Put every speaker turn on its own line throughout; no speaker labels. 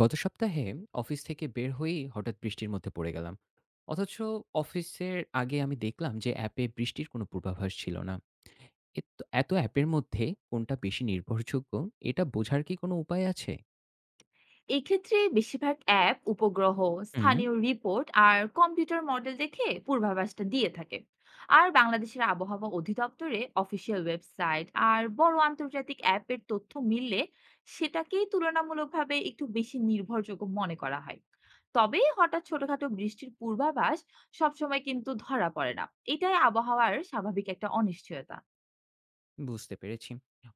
গত সপ্তাহে অফিস থেকে বের হয়েই হঠাৎ বৃষ্টির মধ্যে পড়ে গেলাম। অথচ অফিসের আগে আমি দেখলাম যে অ্যাপে বৃষ্টির কোনো পূর্বাভাস ছিল না। এত এত অ্যাপের মধ্যে কোনটা বেশি নির্ভরযোগ্য, এটা বোঝার কি কোনো উপায় আছে?
এক্ষেত্রে বেশিরভাগ অ্যাপ উপগ্রহ,
হুম,
স্থানীয় রিপোর্ট আর কম্পিউটার মডেল দেখে পূর্বাভাসটা দিয়ে থাকে। আর বাংলাদেশের আবহাওয়া অধিদপ্তরে অফিসিয়াল ওয়েবসাইট আর বড় আন্তর্জাতিক অ্যাপের তথ্য মিললে সেটাকেই তুলনামূলকভাবে একটু বেশি নির্ভরযোগ্য মনে করা হয়। তবে হঠাৎ ছোটখাটো বৃষ্টির পূর্বাভাস সবসময় কিন্তু ধরা পড়ে না। এটাই আবহাওয়ার স্বাভাবিক একটা অনিশ্চয়তা।
বুঝতে পেরেছি।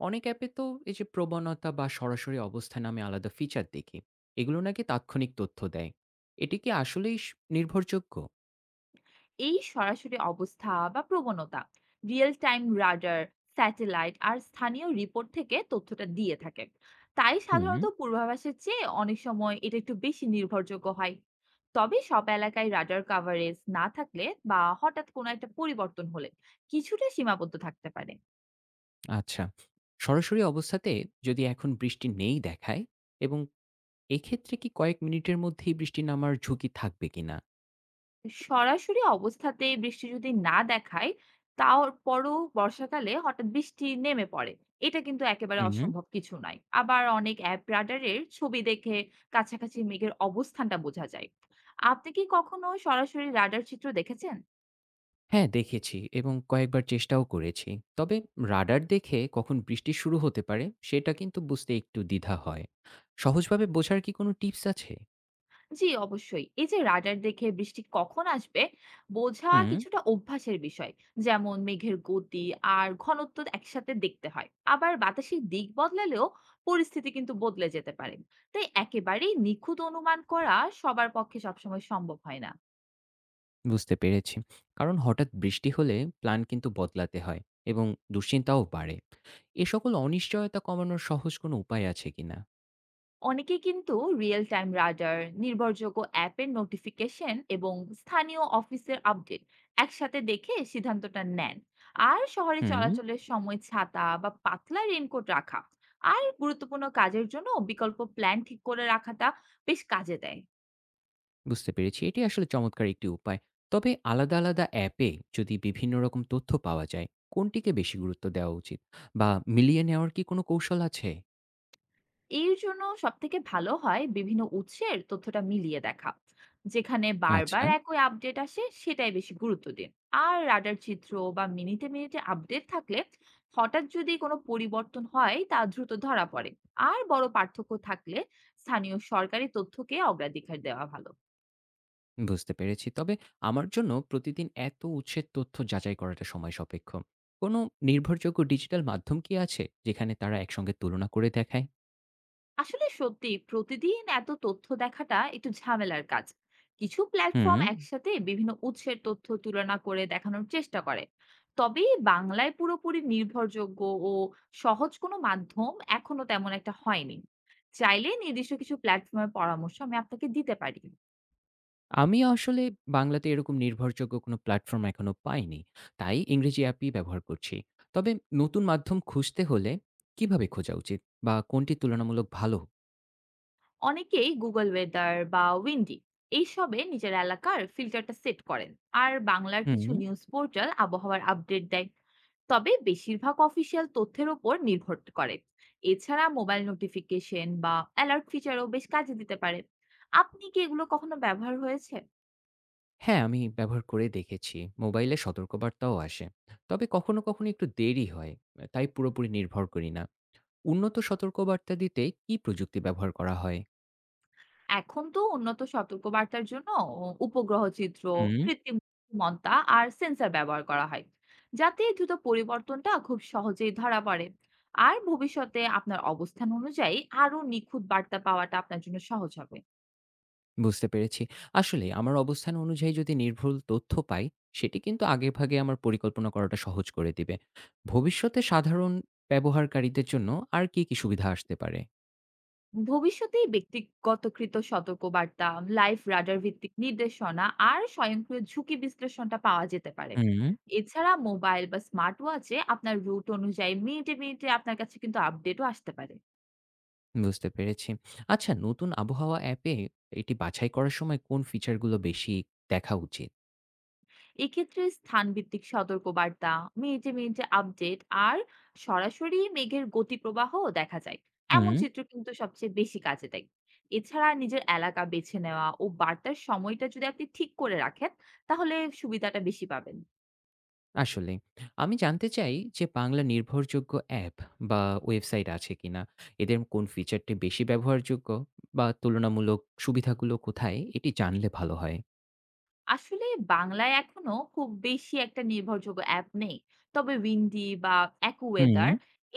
অনেক অ্যাপে তো এই যে প্রবণতা বা সরাসরি অবস্থা নামে আলাদা ফিচার দেখি, এগুলো নাকি তাৎক্ষণিক তথ্য দেয়। এটি কি আসলেই নির্ভরযোগ্য?
এই সরাসরি অবস্থা বা প্রবণতা রিয়েল টাইম রাডার, স্যাটেলাইট আর স্থানীয় রিপোর্ট থেকে তথ্যটা দিয়ে থাকে। তাই
হুম।
সাধারণত পূর্বাভাসের চেয়ে অনেক সময় এটা একটু বেশি নির্ভরযোগ্য হয়। তবে সব এলাকায় রাডার কাভারেজ না থাকলে বা হঠাৎ কোনো একটা পরিবর্তন হলে কিছুটা সীমাবদ্ধ থাকতে পারে।
আচ্ছা, সরাসরি অবস্থাতে যদি এখন বৃষ্টি নেই দেখায়, এবং এক্ষেত্রে কি কয়েক মিনিটের মধ্যেই বৃষ্টি নামার ঝুঁকি থাকবে কিনা?
সরাসরি অবস্থাতে বৃষ্টি যদি না দেখায়, তারপরও বর্ষাকালে হঠাৎ বৃষ্টি নেমে পড়ে। এটা কিন্তু একেবারে
হুম।
অসম্ভব কিছু নয়। আবার অনেক অ্যাপ রাডারের ছবি দেখে কাছাকাছি মেঘের অবস্থানটা বোঝা যায়। আপনি কি কখনো সরাসরি রাডার চিত্র দেখেছেন?
হ্যাঁ, দেখেছি এবং কয়েকবার চেষ্টাও করেছি। তবে রাডার দেখে কখন বৃষ্টি শুরু হতে পারে সেটা কিন্তু বুঝতে একটু দ্বিধা হয়। সহজভাবে বোঝার কি কোনো টিপস আছে?
জি, অবশ্যই। এই যে রাডার দেখে বৃষ্টি কখন আসবে বোঝা
হুম।
কিছুটা অভ্যাসের বিষয়। যেমন মেঘের গতি আর ঘনত্ব একসাথে দেখতে হয়। আবার বাতাসের দিক বদলালেও পরিস্থিতি কিন্তু বদলে যেতে পারে। তাই একেবারেই নিখুঁত অনুমান করা সবার পক্ষে সবসময় সম্ভব হয় না।
বুঝতে পেরেছি। কারণ হঠাৎ বৃষ্টি হলে প্ল্যান কিন্তু বদলাতে হয়, এবং দুশ্চিন্তাও বাড়ে। এ সকল অনিশ্চয়তা কমানোর সহজ কোনো উপায় আছে কিনা?
অনেকেই কিন্তু রিয়েল টাইম রাডার, নির্ভরযোগ্য অ্যাপের নোটিফিকেশন এবং স্থানীয় অফিসের আপডেট একসাথে দেখে সিদ্ধান্তটা নেন। আর শহরে
হুম।
চলাচলের সময় ছাতা বা পাতলা রেনকোট রাখা আর গুরুত্বপূর্ণ কাজের জন্য বিকল্প প্ল্যান ঠিক করে রাখাটা বেশ কাজে দেয়।
বুঝতে পেরেছি। এটি আসলে চমৎকার একটি উপায়। তবে আলাদা, আলাদা অ্যাপে যদি বিভিন্ন রকম তথ্য পাওয়া যায়, কোনটিকে বেশি গুরুত্ব দেওয়া উচিত? বা মিলিয়ে নেওয়ার কি কোনো কৌশল আছে?
এর জন্য সবথেকে ভালো হয় বিভিন্ন উৎসের তথ্যটা মিলিয়ে দেখা। যেখানে বারবার
আচ্ছা,
একই আপডেট আসে সেটাই বেশি গুরুত্ব দিন। আর রাডার চিত্র বা মিনিটে মিনিটে আপডেট থাকলে হঠাৎ যদি কোনো পরিবর্তন হয় তা দ্রুত ধরা পড়ে। আর বড় পার্থক্য থাকলে স্থানীয় সরকারি তথ্যকে অগ্রাধিকার দেওয়া ভালো।
বুঝতে পেরেছি। তবে আমার জন্য প্রতিদিন এত উৎসের তথ্য যাচাই করাটা সময় সাপেক্ষ। কোনো নির্ভরযোগ্য ডিজিটাল মাধ্যম কি আছে, যেখানে তারা একসঙ্গে তুলনা করে দেখায়?
আসলে সত্যি প্রতিদিন এত তথ্য দেখাটা একটু ঝামেলার কাজ। কিছু
হুম।
প্ল্যাটফর্ম একসাথে বিভিন্ন উৎসের তথ্য তুলনা করে দেখানোর চেষ্টা করে। তবে বাংলায় পুরোপুরি নির্ভরযোগ্য ও সহজ কোনো মাধ্যম এখনো তেমন একটা হয়নি। চাইলে নির্দিষ্ট কিছু প্ল্যাটফর্মের পরামর্শ আমি আপনাকে দিতে পারি।
আমি আসলে বাংলাতে এরকম নির্ভরযোগ্য কোনো প্ল্যাটফর্ম এখনো পাইনি। তাই ইংরেজি অ্যাপই ব্যবহার করছি। তবে নতুন মাধ্যম খুঁজতে হলে কিভাবে খোঁজা উচিত, বা কোনটি তুলনামূলক ভালো?
অনেকেই গুগল ওয়েদার বা উইন্ডি এইসবে নিজের এলাকার ফিল্টারটা সেট করেন। আর বাংলার
হুম।
কিছু নিউজ পোর্টাল আবহাওয়ার আপডেট দেয়। তবে বেশিরভাগ অফিসিয়াল তথ্যের ওপর নির্ভর করে। এছাড়া মোবাইল নোটিফিকেশন বা অ্যালার্ট ফিচারও বেশ কাজে দিতে পারে। আপনি কি এগুলো কখনো ব্যবহার হয়েছে?
হ্যাঁ, আমি ব্যবহার করে দেখেছি। মোবাইলে সতর্কবার্তাও আসে। তবে কখনো, কখনো একটু দেরি হয়। তাই পুরোপুরি নির্ভর করি না। উন্নত সতর্কবার্তা দিতে কি প্রযুক্তি ব্যবহার করা হয়?
এখন তো উন্নত সতর্কবার্তার জন্য উপগ্রহ চিত্র,
হুম।
কৃত্রিম বুদ্ধিমত্তা আর সেন্সর ব্যবহার করা হয়, যাতে এই দ্রুত পরিবর্তনটা খুব সহজেই ধরা পড়ে। আর ভবিষ্যতে আপনার অবস্থান অনুযায়ী আরো নিখুঁত বার্তা পাওয়াটা আপনার জন্য সহজ হবে।
বুঝতে পেরেছি। আসলে আমার অবস্থান অনুযায়ী যদি নির্ভুল তথ্য পাই, সেটি কিন্তু আগেভাগে আমার পরিকল্পনা করাটা সহজ করে দিবে। ভবিষ্যতে সাধারণ ব্যবহারকারীদের জন্য আর কি, কি সুবিধা আসতে পারে?
ভবিষ্যতে ব্যক্তিগতকৃত সতর্কবার্তা, লাইফ রাডার ভিত্তিক নির্দেশনা আর স্বয়ংক্রিয় ঝুঁকি বিশ্লেষণটা পাওয়া যেতে পারে।
হুম,
এছাড়া মোবাইল বা স্মার্ট ওয়াচে আপনার রুট অনুযায়ী মিনিটে মিনিটে আপনার কাছে কিন্তু আপডেটও আসতে পারে।
বুঝতে পেরেছি। আচ্ছা, নতুন আবহাওয়া অ্যাপে এটি বাছাই করার সময় কোন ফিচারগুলো বেশি দেখা উচিত?
এক্ষেত্রে স্থানভিত্তিক সতর্কবার্তা, মিনিটে মিনিটে আপডেট আর সরাসরি মেঘের গতিপ্রবাহ দেখা যায় এমন
হুম।
চিত্র কিন্তু সবচেয়ে বেশি কাজে দেয়। এছাড়া নিজের এলাকা বেছে নেওয়া ও বার্তার সময়টা যদি আপনি ঠিক করে রাখেন, তাহলে সুবিধাটা বেশি পাবেন।
আসলেই। আমি জানতে চাই যে বাংলা নির্ভরযোগ্য অ্যাপ বা ওয়েবসাইট আছে কিনা? এদের কোন ফিচারটি বেশি ব্যবহারযোগ্য, বা তুলনামূলক সুবিধাগুলো কোথায়? এটি জানলে ভালো হয়।
আসলে বাংলায় এখনো খুব বেশি একটা নির্ভরযোগ্য অ্যাপ নেই। তবে উইন্ডি বা
হুম,
অ্যাকুওয়েদার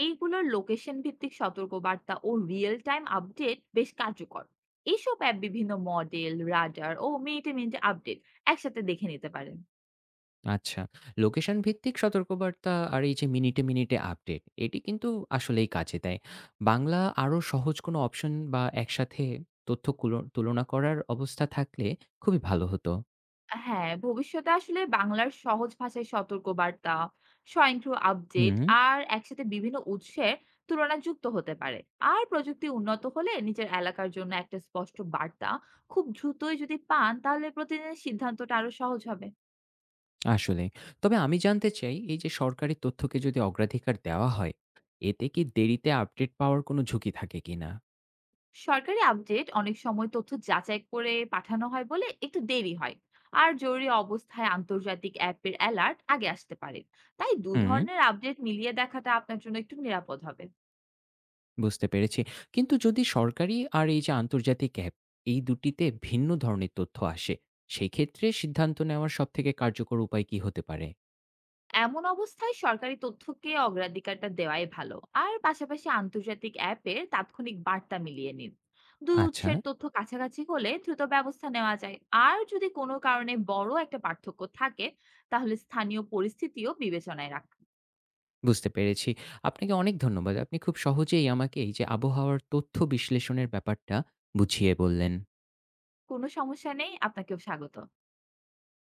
এইগুলোর লোকেশন ভিত্তিক সতর্কবার্তা ও রিয়েল টাইম আপডেট বেশ কার্যকর। এইসব অ্যাপ বিভিন্ন মডেল রাডার ও মিনিটে মিনিটে আপডেট একসাথে দেখে নিতে পারেন।
আচ্ছা। লোকেশন ভিত্তিক সতর্কবার্তা আর এই যে মিনিটে, মিনিটে আপডেট, এটি কিন্তু আসলেই কাজে দেয়। বাংলা আরও সহজ কোনো অপশন বা একসাথে তথ্য কুলো তুলনা করার অবস্থা থাকলে খুবই ভালো হতো।
হ্যাঁ, ভবিষ্যতে আসলে বাংলার সহজ ভাষায় সতর্কবার্তা, স্বয়ংক্রিয় আপডেট
হুম।
আর একসাথে বিভিন্ন উৎসের তুলনা যুক্ত হতে পারে। আর প্রযুক্তি উন্নত হলে নিজের এলাকার জন্য একটা স্পষ্ট বার্তা খুব দ্রুতই যদি পান তাহলে প্রতিদিনের সিদ্ধান্তটা আরো সহজ হবে।
আসলেই। তবে আমি জানতে চাই, এই যে সরকারি তথ্যকে যদি অগ্রাধিকার দেওয়া হয়, এতে কি দেরিতে আপডেট পাওয়ার কোনো ঝুঁকি থাকে কিনা?
সরকারি আপডেট অনেক সময় তথ্য যাচাই করে পাঠানো হয় বলে একটু দেরি হয়। আর জরুরি অবস্থায় আন্তর্জাতিক অ্যাপের অ্যালার্ট আগে আসতে পারে। তাই দু
হুম,
ধরনের আপডেট মিলিয়ে দেখাটা আপনার জন্য একটু নিরাপদ হবে।
বুঝতে পেরেছি। কিন্তু যদি সরকারি আর এই যে আন্তর্জাতিক অ্যাপ, এই দুটিতে ভিন্ন ধরনের তথ্য আসে, সেক্ষেত্রে সিদ্ধান্ত নেওয়ার সবথেকে কার্যকর উপায় কি হতে পারে?
এমন অবস্থায় সরকারি তথ্যকে অগ্রাধিকারটা দেওয়াই ভালো। আর পাশাপাশি আন্তর্জাতিক অ্যাপের তাৎক্ষণিক বার্তা মিলিয়ে নিন। দুই
আচ্ছা,
উৎসের তথ্য কাছাকাছি হলে দ্রুত ব্যবস্থা নেওয়া যায়। আর যদি কোনো কারণে বড় একটা পার্থক্য থাকে, তাহলে স্থানীয় পরিস্থিতিও বিবেচনায় রাখুন।
বুঝতে পেরেছি। আপনাকে অনেক ধন্যবাদ। আপনি খুব সহজেই আমাকে এই যে আবহাওয়ার তথ্য বিশ্লেষণের ব্যাপারটা বুঝিয়ে বললেন।
কোনো সমস্যা নেই, আপনাকেও স্বাগত।